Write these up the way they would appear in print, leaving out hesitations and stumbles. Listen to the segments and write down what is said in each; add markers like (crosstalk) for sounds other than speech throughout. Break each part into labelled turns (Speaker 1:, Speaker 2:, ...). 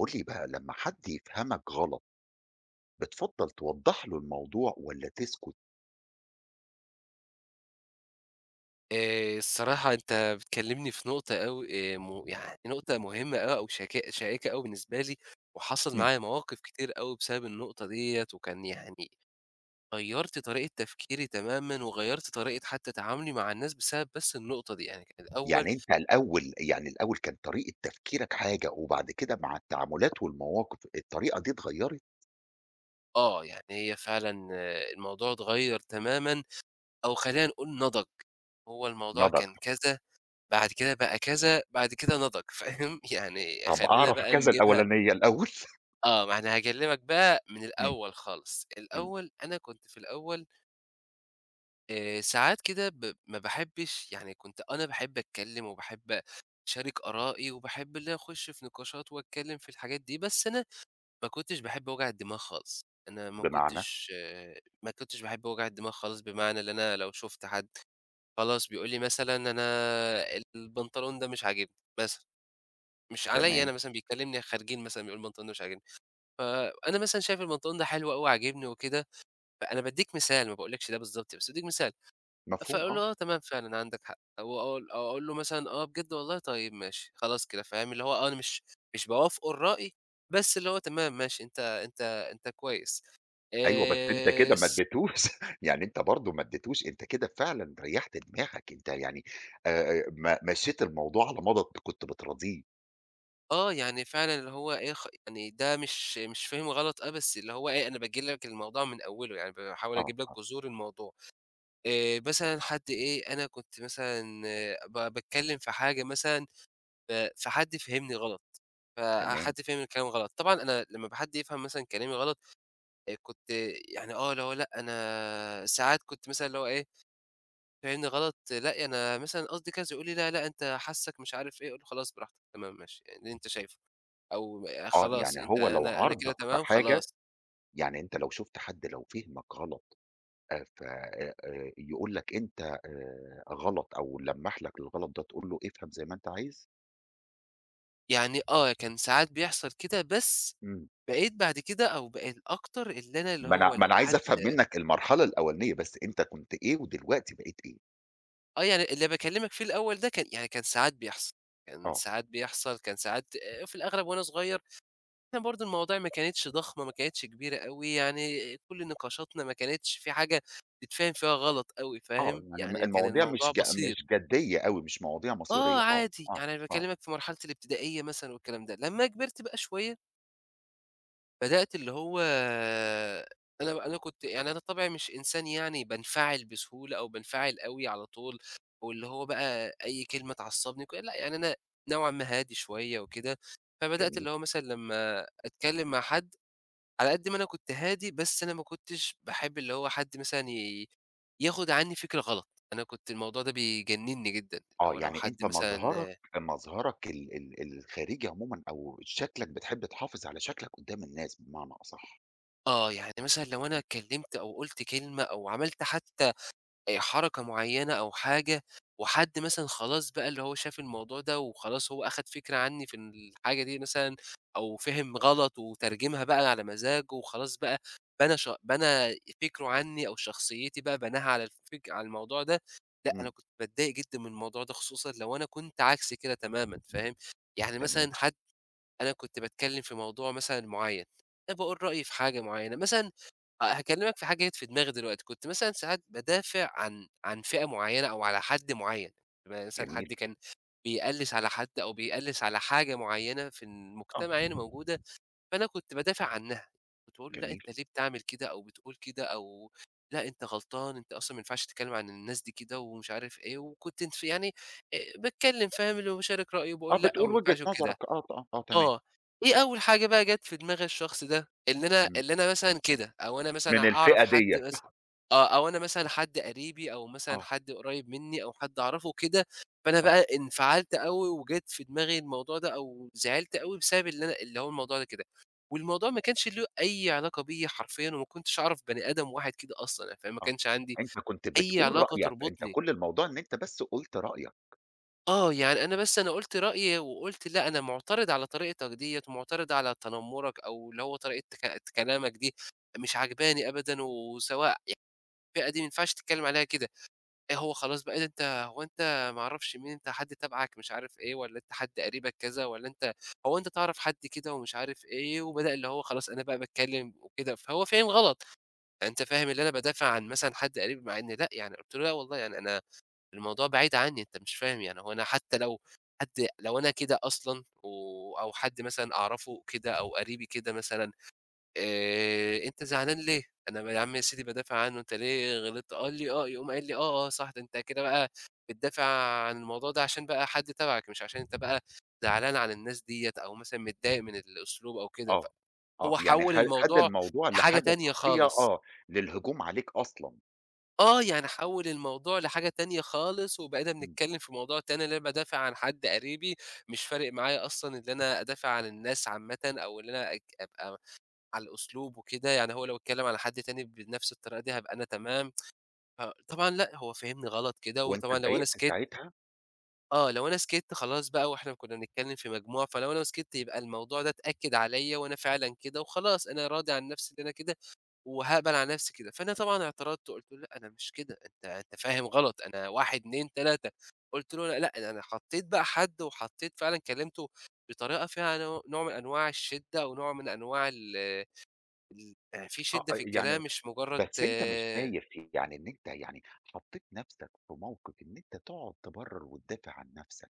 Speaker 1: قُل لي بقى لمّا حد يفهمك غلط، بتفضّل توضّح له الموضوع والّا تسكت؟
Speaker 2: الصراحة أنت بتكلّمني في نقطة أوي، م يعني نقطة مهمة أوي أو شائكة أوي بالنسبة لي، وحصل
Speaker 1: إمم.
Speaker 2: معايا مواقف كتير أوي بسبب النقطة ديّة، وكان يعني غيّرت طريقة تفكيري تمامًا، وغيّرت طريقة حتى تعاملي مع الناس بسبب بس النقطة دي، يعني كان الأول
Speaker 1: يعني أنت الأول يعني الأول كان طريقة تفكيرك حاجة وبعد كده مع التعاملات والمواقف الطريقة دي اتغيّرت؟
Speaker 2: آه، يعني هي فعلًا الموضوع اتغيّر تمامًا أو خلّينا نقول نضج، هو الموضوع
Speaker 1: نضج،
Speaker 2: كان كذا، بعد كده بقى كذا، بعد كده نضج، (laughs) فاهم؟ يعني
Speaker 1: طب
Speaker 2: خلّينا
Speaker 1: أعرف
Speaker 2: بقى
Speaker 1: كذا
Speaker 2: نجيبها
Speaker 1: الأولانية الأول. (laughs)
Speaker 2: آه، ما أنا هاكلمك بقى من
Speaker 1: إمم،
Speaker 2: الأول خالص،
Speaker 1: إمم،
Speaker 2: الأول أنا كنت في الأول ساعات كده ما باحبش، يعني كنت أنا باحب أتكلم وباحب أشارك آرائي، وباحب اللي أنا أخش في نقاشات وأتكلم في الحاجات دي، بس أنا ما كنتش باحب وجع الدماغ خالص، أنا
Speaker 1: بمعنى؟
Speaker 2: ما كنتش باحب وجع الدماغ خالص، بمعنى اللي أنا لو شُفت حد خلاص بيقول لي مثلًا أنا البنطلون ده مش عاجبني مثلًا، مش عليّا أنا
Speaker 1: تمام،
Speaker 2: مثلًا بيكلمني خارجين مثلًا بيقول البنطلون ده مش عاجبني. فأنا مثلًا شايف البنطلون ده حلو أوي عاجبني وكده، فأنا بادّيك مثال، ما باقولكش ده بالضبط، بس بادّيك مثال،
Speaker 1: مفهوم
Speaker 2: فأقول له
Speaker 1: آه،
Speaker 2: آه تمام فعلًا عندك حق، أو أقول له مثلًا آه بجد والله طيب ماشي، خلاص كده فاهم، اللي هو آه أنا مش باوافقه الرأي، بس اللي هو تمام ماشي أنت كويس.
Speaker 1: أيوه بس (laughs) أنت كده ما
Speaker 2: س
Speaker 1: ادّيتوش (laughs) يعني أنت برضه ما ادّيتوش أنت كده فعلًا ريّحت دماغك، أنت يعني ما مشّيت الموضوع على مضض كنت بتراضيه،
Speaker 2: آه يعني فعلًا اللي هو إيه، يعني ده مش فِهِم غلط آه، بس اللي هو إيه أنا باجيب لك الموضوع من أوله، يعني باحاول
Speaker 1: آه،
Speaker 2: أجيب لك
Speaker 1: آه،
Speaker 2: جذور الموضوع. مثلًا حد إيه، أنا كنت مثلًا آه، باتكلّم في حاجة مثلًا ف فحد فهمني غلط،
Speaker 1: تمام.
Speaker 2: فحد فهم الكلام غلط. طبعًا أنا لمّا حد يفهم مثلًا كلامي غلط كنت يعني آه، اللي هو لأ، أنا ساعات كنت مثلًا اللي هو إيه، فهمني غلط، لأ أنا مثلًا قصدي كذا، يقول لي: "لا، لأ أنت حاسّك مش عارف إيه." أقول له: "خلاص براحتك، تمام ماشي، يعني اللي أنت شايفه." أو
Speaker 1: آه،
Speaker 2: خلاص
Speaker 1: يعني
Speaker 2: أنت
Speaker 1: هو لو
Speaker 2: أنا كده
Speaker 1: عارضك في
Speaker 2: تمام،
Speaker 1: حاجة
Speaker 2: خلاص.
Speaker 1: يعني أنت لو شُفت حد لو فهمك غلط ف يقول لك أنت غلط أو لمّح لك الغلط ده تقول له افهم زي ما أنت عايز؟
Speaker 2: يعني آه، كان ساعات بيحصل كده، بس
Speaker 1: إمم،
Speaker 2: بقيت بعد كده أو بقى الأكتر اللي أنا اللي
Speaker 1: ما أنا
Speaker 2: هو
Speaker 1: ما أنا
Speaker 2: لو
Speaker 1: عايز
Speaker 2: حد
Speaker 1: أفهم منك المرحلة الأولانية بس، أنت كنت إيه ودلوقتي بقيت إيه؟
Speaker 2: آه، يعني اللي باكلّمك فيه الأول ده كان يعني كان
Speaker 1: آه،
Speaker 2: ساعات بيحصل، كان ساعات في الأغلب وأنا صغير، إحنا برضه المواضيع ما كانتش ضخمة، ما كانتش كبيرة أوي، يعني كل نقاشاتنا ما كانتش في حاجة تتفهم فيها غلط أوي،
Speaker 1: آه،
Speaker 2: فاهم؟
Speaker 1: يعني
Speaker 2: يعني كان
Speaker 1: المواضيع
Speaker 2: الموضوع
Speaker 1: مش ج
Speaker 2: بسيط.
Speaker 1: مش جدية أوي، مش مواضيع مصيرية،
Speaker 2: آه،
Speaker 1: آه،
Speaker 2: عادي،
Speaker 1: آه،
Speaker 2: يعني أنا
Speaker 1: آه،
Speaker 2: باكلّمك في مرحلة الابتدائية مثلًا والكلام ده، لمّا كبرت بقى شوية بدأت اللي هو أنا كنت، يعني أنا طبعي مش إنسان يعني بانفعل بسهولة أو بانفعل أوي على طول، أو اللي هو بقى أي كلمة تعصّبني وكده، لأ، يعني أنا نوعًا ما هادي شوية وكده، فبدأت
Speaker 1: جميل،
Speaker 2: اللي هو مثلًا لمّا أتكلّم مع حد، على قد ما أنا كنت هادي، بس أنا ما كنتش باحب اللي هو حد مثلًا ياخد عنّي فكرة غلط، أنا كنت الموضوع ده بيجنّني جدًا،
Speaker 1: آه،
Speaker 2: لو
Speaker 1: يعني
Speaker 2: حد
Speaker 1: أنت مظهرك
Speaker 2: مثلًا
Speaker 1: مظهرك ال ال الخارجي عمومًا أو شكلك بتحب تحافظ على شكلك قدّام الناس بمعنى أصح.
Speaker 2: آه، يعني مثلًا لو أنا اتكلّمت أو قُلت كلمة أو عملت حتى حركة معيّنة أو حاجة، وحد مثلًا خلاص بقى اللي هو شاف الموضوع ده وخلاص هو أخد فكرة عنّي في الحاجة دي مثلًا أو فِهِم غلط وترجمها بقى على مزاجه وخلاص بقى بنى فكره عنّي أو شخصيتي بقى بناها على الفك على الموضوع ده، لأ أنا
Speaker 1: إمم،
Speaker 2: كنت باتضايق جدًا من الموضوع ده خصوصًا لو أنا كنت عكسي كده تمامًا فاهم؟ يعني
Speaker 1: تمام،
Speaker 2: مثلًا حد أنا كنت باتكلّم في موضوع مثلًا معيّن، أنا باقول رأيي في حاجة معيّنة، مثلًا آه، هاكلمك في حاجة جت في دماغي دلوقتي، كنت مثلًا ساعات بادافع عن فئة معيّنة أو على حد معيّن، يعني مثلًا
Speaker 1: جميل،
Speaker 2: حد كان بيقلِّس على حد أو بيقلِّس على حاجة معيّنة في
Speaker 1: آه.
Speaker 2: المجتمع يعني موجودة، فأنا كنت بادافع عنها، كنت باقول له: "لأ،
Speaker 1: جميل.
Speaker 2: أنت ليه بتعمل كده أو بتقول كده أو لأ، أنت غلطان، أنت أصلًا ما ينفعش تتكلم عن الناس دي كده." ومش عارف إيه، وكنت ف يعني باتكلم فاهم، اللي هو باشارك رأيي
Speaker 1: آه،
Speaker 2: وباقول لأ،
Speaker 1: بتقول
Speaker 2: وما
Speaker 1: وجهة
Speaker 2: ينفعش
Speaker 1: نظرك
Speaker 2: وكده.
Speaker 1: آه، ط آه تمام.
Speaker 2: آه، إيه أول حاجة بقى جات في دماغ الشخص ده، إن أنا
Speaker 1: إمم،
Speaker 2: اللي أنا مثلًا كده، أو أنا
Speaker 1: من
Speaker 2: مثلًا أعرف
Speaker 1: الفئة
Speaker 2: حد
Speaker 1: ديّة.
Speaker 2: مثلًا
Speaker 1: (laughs)
Speaker 2: آه، أو أنا مثلًا حد قريبي أو مثلًا
Speaker 1: آه،
Speaker 2: حد قريب مني أو حد أعرفه كده، فأنا
Speaker 1: آه،
Speaker 2: بقى انفعلت أوي وجات في دماغي الموضوع ده أو زعلت أوي بسبب اللي أنا اللي هو الموضوع ده كده، والموضوع ما كانش له أي علاقة بيّا حرفيًا وما كنتش أعرف بني آدم واحد كده أصلًا، يعني فاهم، ما
Speaker 1: آه.
Speaker 2: كانش عندي
Speaker 1: أنت كنت
Speaker 2: أي
Speaker 1: بتقول
Speaker 2: علاقة
Speaker 1: رأيك، أنت
Speaker 2: تربطني.
Speaker 1: كل الموضوع إن أنت بس قُلت رأيك،
Speaker 2: آه، يعني أنا بس أنا قُلت رأيي وقُلت لأ، أنا مُعترض على طريقتك ديّة ومُعترض على تنمُّرك أو اللي هو طريقة كلامك دي مش عاجباني أبدًا وسواء يعني الفئة دي ما ينفعش تتكلّم عليها كده. إيه هو خلاص بقى إيه ده، أنت هو أنت ما أعرفش مين، أنت حد تبعك مش عارف إيه والّا أنت حد قريبك كذا والّا أنت هو أنت تعرف حد كده ومش عارف إيه، وبدأ اللي هو خلاص أنا بقى باتكلّم وكده، فهو فاهم غلط. أنت فاهم اللي أنا بادافع عن مثلًا حد قريب مع إن لأ، يعني قُلت له: "لأ والله يعني أنا الموضوع بعيد عني، أنت مش فاهم يعني هو أنا حتى لو حد لو أنا كده أصلًا أو حد مثلًا أعرفه كده أو قريبي كده مثلًا، أنت زعلان ليه؟ أنا يا عم يا سيدي بادافع عنه، أنت ليه غلطت؟ قال لي آه، يقوم قايل لي آه، آه، صح، ده أنت كده بقى بتدافع عن الموضوع ده عشان بقى حد تبعك، مش عشان أنت بقى زعلان على الناس ديّة أو مثلًا متضايق من الأسلوب أو كده،
Speaker 1: آه، آه،
Speaker 2: فهو
Speaker 1: يعني
Speaker 2: حوّل
Speaker 1: خَد
Speaker 2: الموضوع
Speaker 1: الموضوع
Speaker 2: لحاجة
Speaker 1: لحاجة
Speaker 2: تانية
Speaker 1: شخصية
Speaker 2: خالص.
Speaker 1: آه، للهجوم عليك أصلًا،
Speaker 2: آه، يعني حوّل الموضوع لحاجة تانية خالص، وبقينا
Speaker 1: إمم،
Speaker 2: بنتكلّم في موضوع تاني اللي أنا بادافع عن حد قريبي، مش فارق معايا أصلًا اللي أنا أدافع عن الناس عامةً أو اللي أنا أبقى على الأسلوب وكده، يعني هو لو اتكلّم على حد تاني بنفْس الطريقة دي هابقى أنا تمام، فطبعًا لأ، هو فهمني غلط كده،
Speaker 1: وأنت
Speaker 2: وطبعًا لو أنا
Speaker 1: اتضايقت
Speaker 2: سكِتّ
Speaker 1: ساعتها
Speaker 2: آه، لو أنا سكِتّ خلاص بقى وإحنا كنّا بنتكلّم في مجموعة، فلو أنا سكِتّ يبقى الموضوع ده اتأكد عليّا وأنا فعلًا كده وخلاص، أنا راضي عن نفْسي إن أنا كده. وهاقبل على نفسي كده، فأنا طبعًا اعترضت وقُلت له: "لأ أنا مش كده، أنت فاهم غلط، أنا 1، 2، 3" قُلت له: "أنا لأ، ده أنا حطيت بقى حد وحطيت فعلًا كلمته بطريقة فيها نوع من أنواع الشِدّة ونوع من أنواع ال يعني في
Speaker 1: آه،
Speaker 2: شِدّة في
Speaker 1: يعني
Speaker 2: الكلام مش مجرّد"
Speaker 1: بس أنت مش
Speaker 2: آه،
Speaker 1: شايف يعني إن أنت يعني حطّيت نَفْسك في موقف إن أنت تقعد تبرّر وتدافع عن نَفْسك،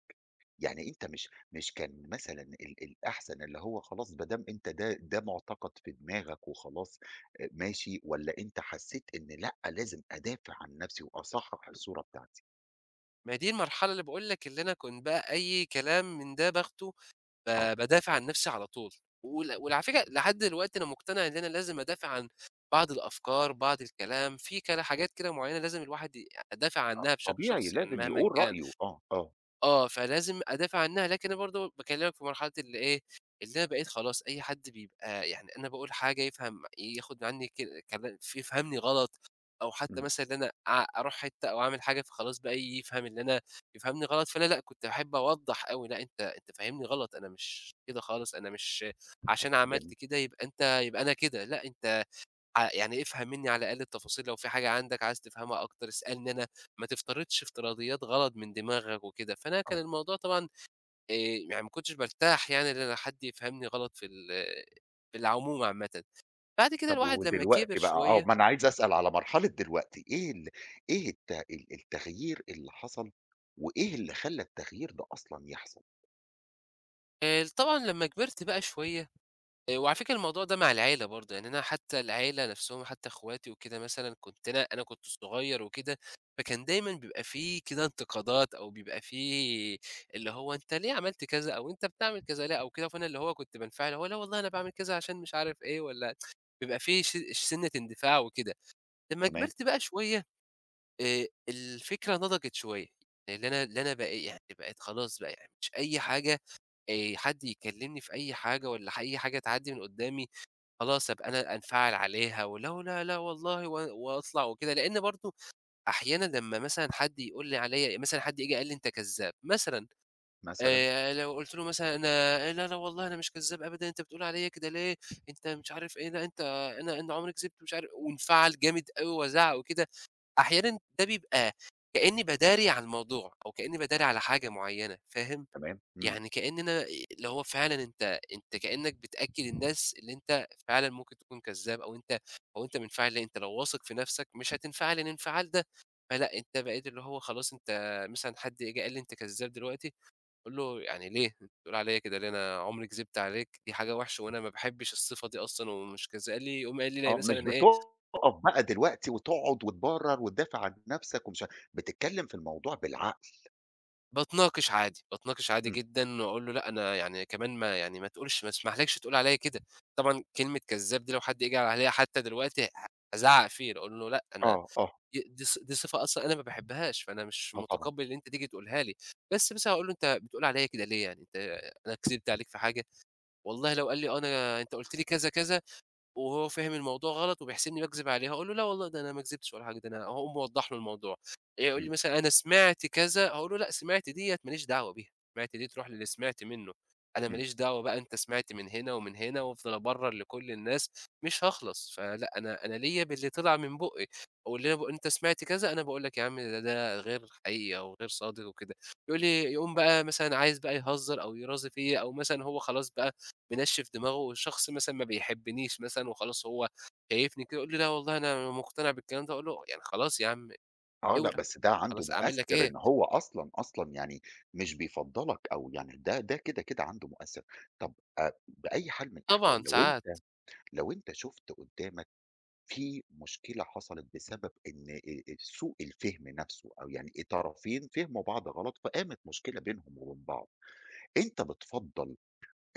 Speaker 1: يعني أنت مش كان مثلًا الأحسن اللي هو خلاص ما دام أنت ده مُعتقد في دماغك وخلاص ماشي، والّا أنت حسّيت إن لأ، لازم أدافع عن نَفْسي وأصحّح الصورة بتاعتي؟
Speaker 2: ما هي دي المرحلة اللي باقول لك اللي أنا كنت بقى أي كلام من ده باخده
Speaker 1: آه،
Speaker 2: بادافع عن نفسي على طول، وعلى فكرة لحد دلوقتي أنا مقتنع إن أنا لازم أدافع عن بعض الأفكار، بعض الكلام، في كده حاجات كده معيّنة لازم الواحد أدافع
Speaker 1: آه،
Speaker 2: عنها بشكل
Speaker 1: طبيعي
Speaker 2: شخصي يعني
Speaker 1: لازم
Speaker 2: مهمًا
Speaker 1: يقول
Speaker 2: كان.
Speaker 1: رأيه، آه، آه،
Speaker 2: آه، فلازم أدافع عنها، لكن أنا برضه باكلمك في مرحلة اللي إيه، اللي أنا بقيت خلاص أي حد بيبقى يعني أنا باقول حاجة يفهم ياخد عني كلام يفهمني غلط، أو حتى
Speaker 1: إمم،
Speaker 2: مثلًا إن أنا أروح حتة أو أعمل حاجة فخلاص بقى يفهم اللي أنا يفهمني غلط، فأنا لأ، كنت باحب أوضّح أوي، لأ أنت فاهمني غلط، أنا مش كده خالص، أنا مش عشان
Speaker 1: جميل،
Speaker 2: عملت كده يبقى أنت يبقى أنا كده، لأ أنت يعني افهم منّي على الأقل التفاصيل، لو في حاجة عندك عايز تفهمها أكتر اسألني أنا، ما تفترضش افتراضيات غلط من دماغك وكده، فأنا كان
Speaker 1: آه.
Speaker 2: الموضوع طبعًا آآ يعني ما كنتش بارتاح، يعني إن أنا حد يفهمني غلط في في العموم عامةً. بعد كده
Speaker 1: طب
Speaker 2: الواحد لمّا كِبِر
Speaker 1: ودلوقتي بقى
Speaker 2: شوية
Speaker 1: ما أنا عايز أسأل على مرحلة دلوقتي، إيه ال إيه الت ال التغيير اللي حصل، وإيه اللي خلّى التغيير ده أصلًا يحصل؟
Speaker 2: طبعًا لمّا كبرت بقى شوية وعلى فكرة الموضوع ده مع العيلة برضه، يعني أنا حتى العيلة نَفْسهم حتى أخواتي وكده مثلًا كنت أنا كنت صغير وكده، فكان دايمًا بيبقى في كده انتقادات أو بيبقى في اللي هو أنت ليه عملت كذا أو أنت بتعمل كذا ليه أو كده، فأنا اللي هو كنت بانفعل اللي هو لا والله أنا باعمل كذا عشان مش عارف إيه والّا بيبقى في سِنّة اندفاع وكده. لمّا
Speaker 1: تمام،
Speaker 2: كبرت بقى شوية الفكرة نضجت شوية. اللي أنا يعني بقيت خلاص بقى يعني مش أي حاجة، حد يكلمني في أي حاجة والّا أي حاجة تعدّي من قدّامي خلاص أبقى أنا أنفعل عليها، ولو لا، لأ والله وأطلع وكده، لإن برضه أحيانًا لمّا مثلًا حد يقول لي عليَّ، مثلًا حد ييجي قال لي أنت كذاب مثلًا،
Speaker 1: مثلًا،
Speaker 2: لو قُلت له مثلًا أنا لا، لا والله أنا مش كذاب أبدًا، أنت بتقول عليَّ كده ليه؟ أنت مش عارف إيه، لأ أنت أنا عمري كذبت مش عارف، وانفعل جامد أوي وازعق وكده. أحيانًا ده بيبقى كإني باداري على الموضوع، أو كإني باداري على حاجة معينة، فاهم؟
Speaker 1: تمام، إمم،
Speaker 2: يعني كأن أنا إيه، اللي هو فعلًا أنت كأنك بتأكّد الناس اللي أنت فعلًا ممكن تكون كذّاب، أو أنت منفعل ليه، أنت لو واثق في نَفْسك مش هتنفعل الانفعال ده. فلأ أنت بقيت اللي هو خلاص، أنت مثلًا حد جه قال لي أنت كذّاب دلوقتي، أقول له: "يعني ليه؟ أنت بتقول عليّا كده ليه؟ أنا عمري كدبت عليك، دي حاجة وحشة وأنا ما باحبّش الصفة دي أصلًا ومش كذا." قال لي، يقوم قايل لي لا
Speaker 1: آه، مش
Speaker 2: مثلًا إيه،
Speaker 1: بتقف بقى دلوقتي وتقعد وتبرر وتدافع عن نفسك ومش ع بتتكلم في الموضوع بالعقل،
Speaker 2: باتناقش عادي، باتناقش عادي
Speaker 1: إمم،
Speaker 2: جدًا وأقول له: "لأ أنا يعني كمان ما يعني ما تقولش، ما اسمحلكش تقول عليّا كده." طبعًا كلمة كذاب دي لو حد جه عليّا حتى دلوقتي هازعّق فيه، أقول له: "لأ أنا
Speaker 1: آه، آه،
Speaker 2: ي دي ص دي صفة أصلًا أنا ما باحبهاش، فأنا مش
Speaker 1: آه طبعًا،
Speaker 2: متقبّل إن أنت تيجي تقولها لي." بس مثلًا هاقول له: "أنت بتقول عليّا كده ليه؟ يعني أنت أنا كذبت عليك في حاجة؟" والله لو قال لي: "آه أنا أنت قُلت لي كذا، كذا." وهو فاهم الموضوع غلط وبيحسبني باكذب عليها، أقول له: "لا والله ده أنا ما كذبتش ولا حاجة، ده أنا" أقوم موضّح له الموضوع. إيه، يقول
Speaker 1: إمم،
Speaker 2: لي مثلًا: "أنا سمعت كذا." هاقول له: "لأ، سمعت ديّة ما ليش دعوة بيها، سمعت دي تروح للي سمعت منّه، أنا ما
Speaker 1: إمم،
Speaker 2: ليش دعوة بقى أنت سمعت من هنا ومن هنا." وافضل أبرّر لكل الناس، مش هاخلص. فلأ، أنا ليّا باللي طلع من بُقّي، واللي أنا ب "أنت سمعت كذا." أنا باقول لك: "يا عم ده غير حقيقي أو غير صادق وكده." يقول لي، يقوم بقى مثلًا عايز بقى يهزّر أو يرازي فيّا، أو مثلًا هو خلاص بقى منشِّف دماغه والشخص مثلًا ما بيحبنيش مثلًا وخلاص هو شايفني كده، يقول لي: "لأ والله أنا مقتنع بالكلام ده." أقول له: "يعني خلاص يا عم
Speaker 1: آه، لأ
Speaker 2: اولع،
Speaker 1: بس ده عنده
Speaker 2: خلاص أعمل لك
Speaker 1: مؤثر
Speaker 2: إيه؟"
Speaker 1: إن هو أصلًا يعني مش بيفضّلك أو يعني ده كده، كده عنده مؤثر، طب بأي حال من الأحوال
Speaker 2: طبعًا
Speaker 1: لو
Speaker 2: ساعات.
Speaker 1: أنت لو أنت شُفت قدّامك في مشكلة حصلت بسبب إن سوء الفهم نفسه أو يعني طرفين فهموا بعض غلط، فقامت مشكلة بينهم وبين بعض، أنت بتفضّل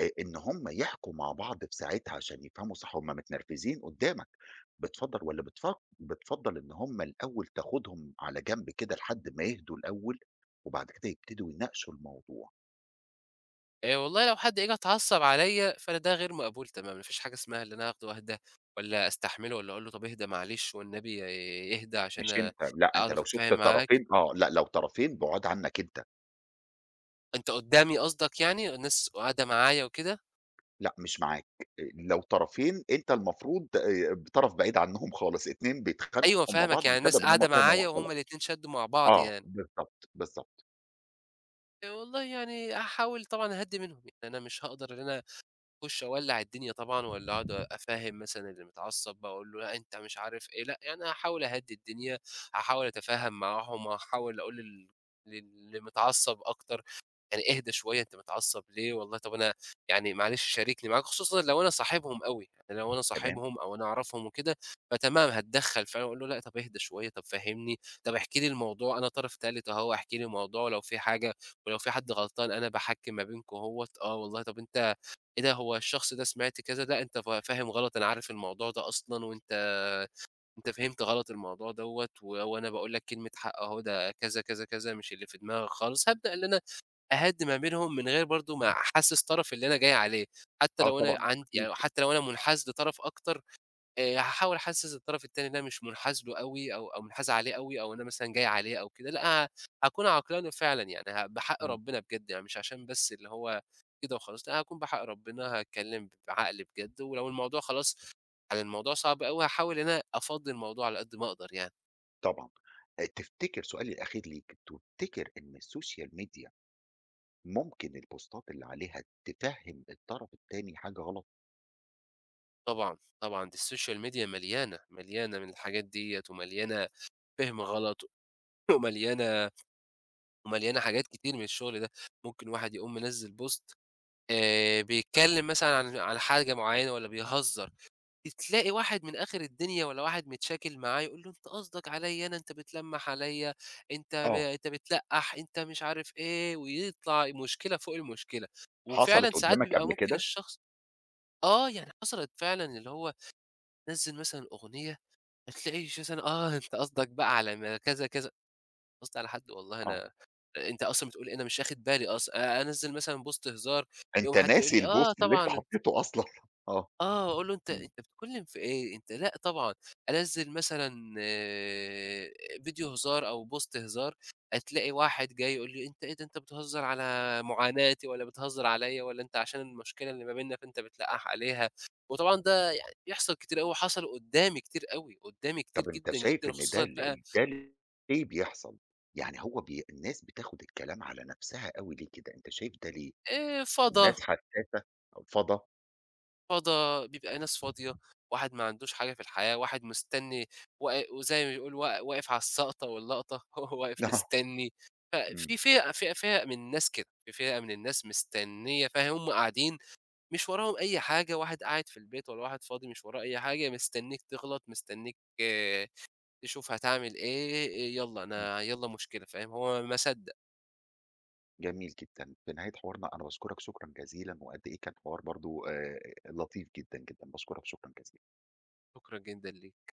Speaker 1: إن هم يحكوا مع بعض في ساعتها عشان يفهموا صح، هم متنرفزين قدّامك، بتفضّل والّا بتفضّل إن هم الأول تاخدهم على جنب كده لحد ما يهدوا الأول، وبعد كده يبتدوا يناقشوا الموضوع؟
Speaker 2: والله لو حد جه اتعصّب عليّا، فأنا ده غير مقبول تمامًا، ما فيش حاجة اسمها اللي أنا آخده أهداه والّا أستحمله والّا أقول له طب اهدى معلش والنبي اهدى
Speaker 1: مش
Speaker 2: عشان
Speaker 1: أنت، لأ أنت
Speaker 2: أعرف
Speaker 1: لو شُفت
Speaker 2: أتفاهم معاك.
Speaker 1: طرفين لأ لو طرفين بُعاد عنك أنت.
Speaker 2: أنت قدّامي قصدك يعني؟ الناس قاعدة معايا وكده؟
Speaker 1: لأ، مش معاك، لو طرفين أنت المفروض بطرف بعيد عنهم خالص، 2
Speaker 2: أيوه
Speaker 1: بيتخانقوا مع
Speaker 2: فاهمك،
Speaker 1: بعض
Speaker 2: يعني الناس
Speaker 1: بسبب إن هُم
Speaker 2: قاعدة
Speaker 1: فهموا
Speaker 2: معايا
Speaker 1: بعض
Speaker 2: وهُم
Speaker 1: غلط.
Speaker 2: الاتنين شدّوا مع بعض
Speaker 1: آه،
Speaker 2: يعني.
Speaker 1: بالضبط، بالضبط،
Speaker 2: والله يعني هاحاول طبعًا أهدّي منهم، يعني أنا مش هاقدر إن أنا أخُش أولّع الدنيا طبعًا، والّا أقعد أفهّم مثلًا اللي متعصّب بقى أقول له لأ أنت مش عارف إيه، لأ، يعني هاحاول أهدّي الدنيا، هاحاول أتفاهم معاهم، هاحاول أقول للي متعصّب أكتر، يعني اهدى شوية أنت متعصّب ليه، والله طَب أنا يعني معلش شاركني معاك، خصوصًا لو أنا صاحبهم أوي، يعني لو أنا
Speaker 1: تمام،
Speaker 2: صاحبهم أو أنا أعرفهم وكده، فتمام هاتدخّل فعلًا وأقول له لأ طَب اهدى شوية، طَب فهّمني، طَب احكِ لي الموضوع، أنا طرف تالت أهو، احكِ لي الموضوع ولو في حاجة ولو في حد غلطان أنا باحكّم ما بينكم أهوّة، آه والله طَب أنت إيه ده، هو الشخص ده سمعت كذا، لأ أنت فاهم غلط، أنا عارف الموضوع ده أصلًا وأنت فهمت غلط الموضوع دوّة، وأنا باقول لك كلمة حق أهو، ده كذا، كذا، كذا، مش اللي في دماغك خالص. هابدأ إن أنا أهدّي ما بينهم من غير برضه ما أحسِّس طرف اللي أنا جاي عليه، حتى
Speaker 1: آه
Speaker 2: لو أنا
Speaker 1: طبعًا،
Speaker 2: عند
Speaker 1: أكيد،
Speaker 2: يعني حتى لو أنا مُنحاز لطرف أكتر، هاحاول أحسّس الطرف التاني إن أنا مش منحاز له أوي، أو منحاز عليه أوي أو أنا مثلًا جاي عليه أو كده، لأ، هاكون عقلاني فعلًا يعني بحق
Speaker 1: إمم،
Speaker 2: ربنا بجد، يعني مش عشان بس اللي هو كده وخلاص، لأ، هاكون بحق ربنا هاتكلّم بعقل بجد، ولو الموضوع خلاص يعني الموضوع صعب أوي هاحاول إن أنا أفضّي الموضوع على قد ما أقدر يعني.
Speaker 1: طبعًا. تفتكر سؤالي الأخير ليك، تفتكر إن السوشيال ميديا ممكن البوستات اللي عليها تفهم الطرف التاني حاجة غلط؟
Speaker 2: طبعًا، طبعًا دي السوشيال ميديا مليانة، مليانة من الحاجات ديّة، ومليانة فِهم غلط (laughs) ومليانة، ومليانة حاجات كتير من الشغل ده، ممكن واحد يقوم منزّل بوست بيتكلّم مثلًا عن حاجة معيّنة والّا بيهزّر، تلاقي واحد من آخر الدنيا والّا واحد متشاكل معاه يقول له: "أنت قصدك عليّا أنا، أنت بتلمّح عليّا،
Speaker 1: آه،
Speaker 2: أنت بتلقّح، أنت مش عارف إيه." ويطلع مشكلة فوق المشكلة. وفعلًا
Speaker 1: حصلت
Speaker 2: ساعات
Speaker 1: قدّامك
Speaker 2: بيبقى
Speaker 1: قبل
Speaker 2: ممكن
Speaker 1: كده؟
Speaker 2: الشخص، آه، يعني حصلت فعلًا اللي هو نزّل مثلًا أغنية، هتلاقي مثلًا "آه، (laughs) أنت قصدك بقى على ما كذا، كذا." قصدي على حد، والله
Speaker 1: آه،
Speaker 2: أنا أنت أصلًا بتقول إيه، أنا مش واخد بالي، أصل أنزّل مثلًا بوست هزار، يقوم
Speaker 1: أنت
Speaker 2: حد يقول
Speaker 1: ناسي
Speaker 2: لي: "آه
Speaker 1: البوست اللي أنت
Speaker 2: طبعًا."
Speaker 1: حطيته أصلًا، (laughs) آه.
Speaker 2: آه، أقول له: "أنت بتتكلّم في إيه؟ أنت" لأ طبعًا، أنزّل مثلًا فيديو هزار أو بوست هزار، هتلاقي واحد جاي يقول لي: "أنت إيه ده، أنت بتهزّر على معاناتي والّا بتهزّر عليّا، والّا أنت عشان المشكلة اللي ما بيننا فأنت بتلقّح عليها." وطبعًا ده يعني بيحصل كتير أوي، وحصل قُدّامي كتير أوي، قُدّامي كتير
Speaker 1: طب أنت
Speaker 2: جدًا،
Speaker 1: شايف
Speaker 2: جدًا،
Speaker 1: إن ده
Speaker 2: وخصوصًا
Speaker 1: ال
Speaker 2: بقى
Speaker 1: ال ده ليه بيحصل؟ يعني هو الناس بتاخد الكلام على نفسها أوي ليه كده، أنت شايف ده ليه؟
Speaker 2: فَضَى،
Speaker 1: الناس حساسة، فضا
Speaker 2: فضا بيبقى ناس فاضية، واحد ما عندوش حاجة في الحياة، واحد مستني وزي ما بيقول واقف على السقطة واللقطة، (laughs) هو واقف
Speaker 1: (laughs) آه،
Speaker 2: مستني،
Speaker 1: إمم،
Speaker 2: ففي فئة من الناس كده، في فئة من الناس مستنية، فهُم قاعدين مش وراهم أي حاجة، واحد قاعد في البيت والّا واحد فاضي مش وراه أي حاجة، مستنيك تغلط، مستنيك آه، تشوف هتعمل إيه، يالّا
Speaker 1: إمم،
Speaker 2: أنا يالّا مشكلة، فاهم؟ هو ما صدّق.
Speaker 1: (laughs) جميل جدًا، في نهاية حوارنا أنا باشكرك شكرًا جزيلًا، وقد إيه كان حوار برضه لطيف جدًا، جدًا، باشكرك شكرًا جزيلًا.
Speaker 2: شكرًا جدًا ليك.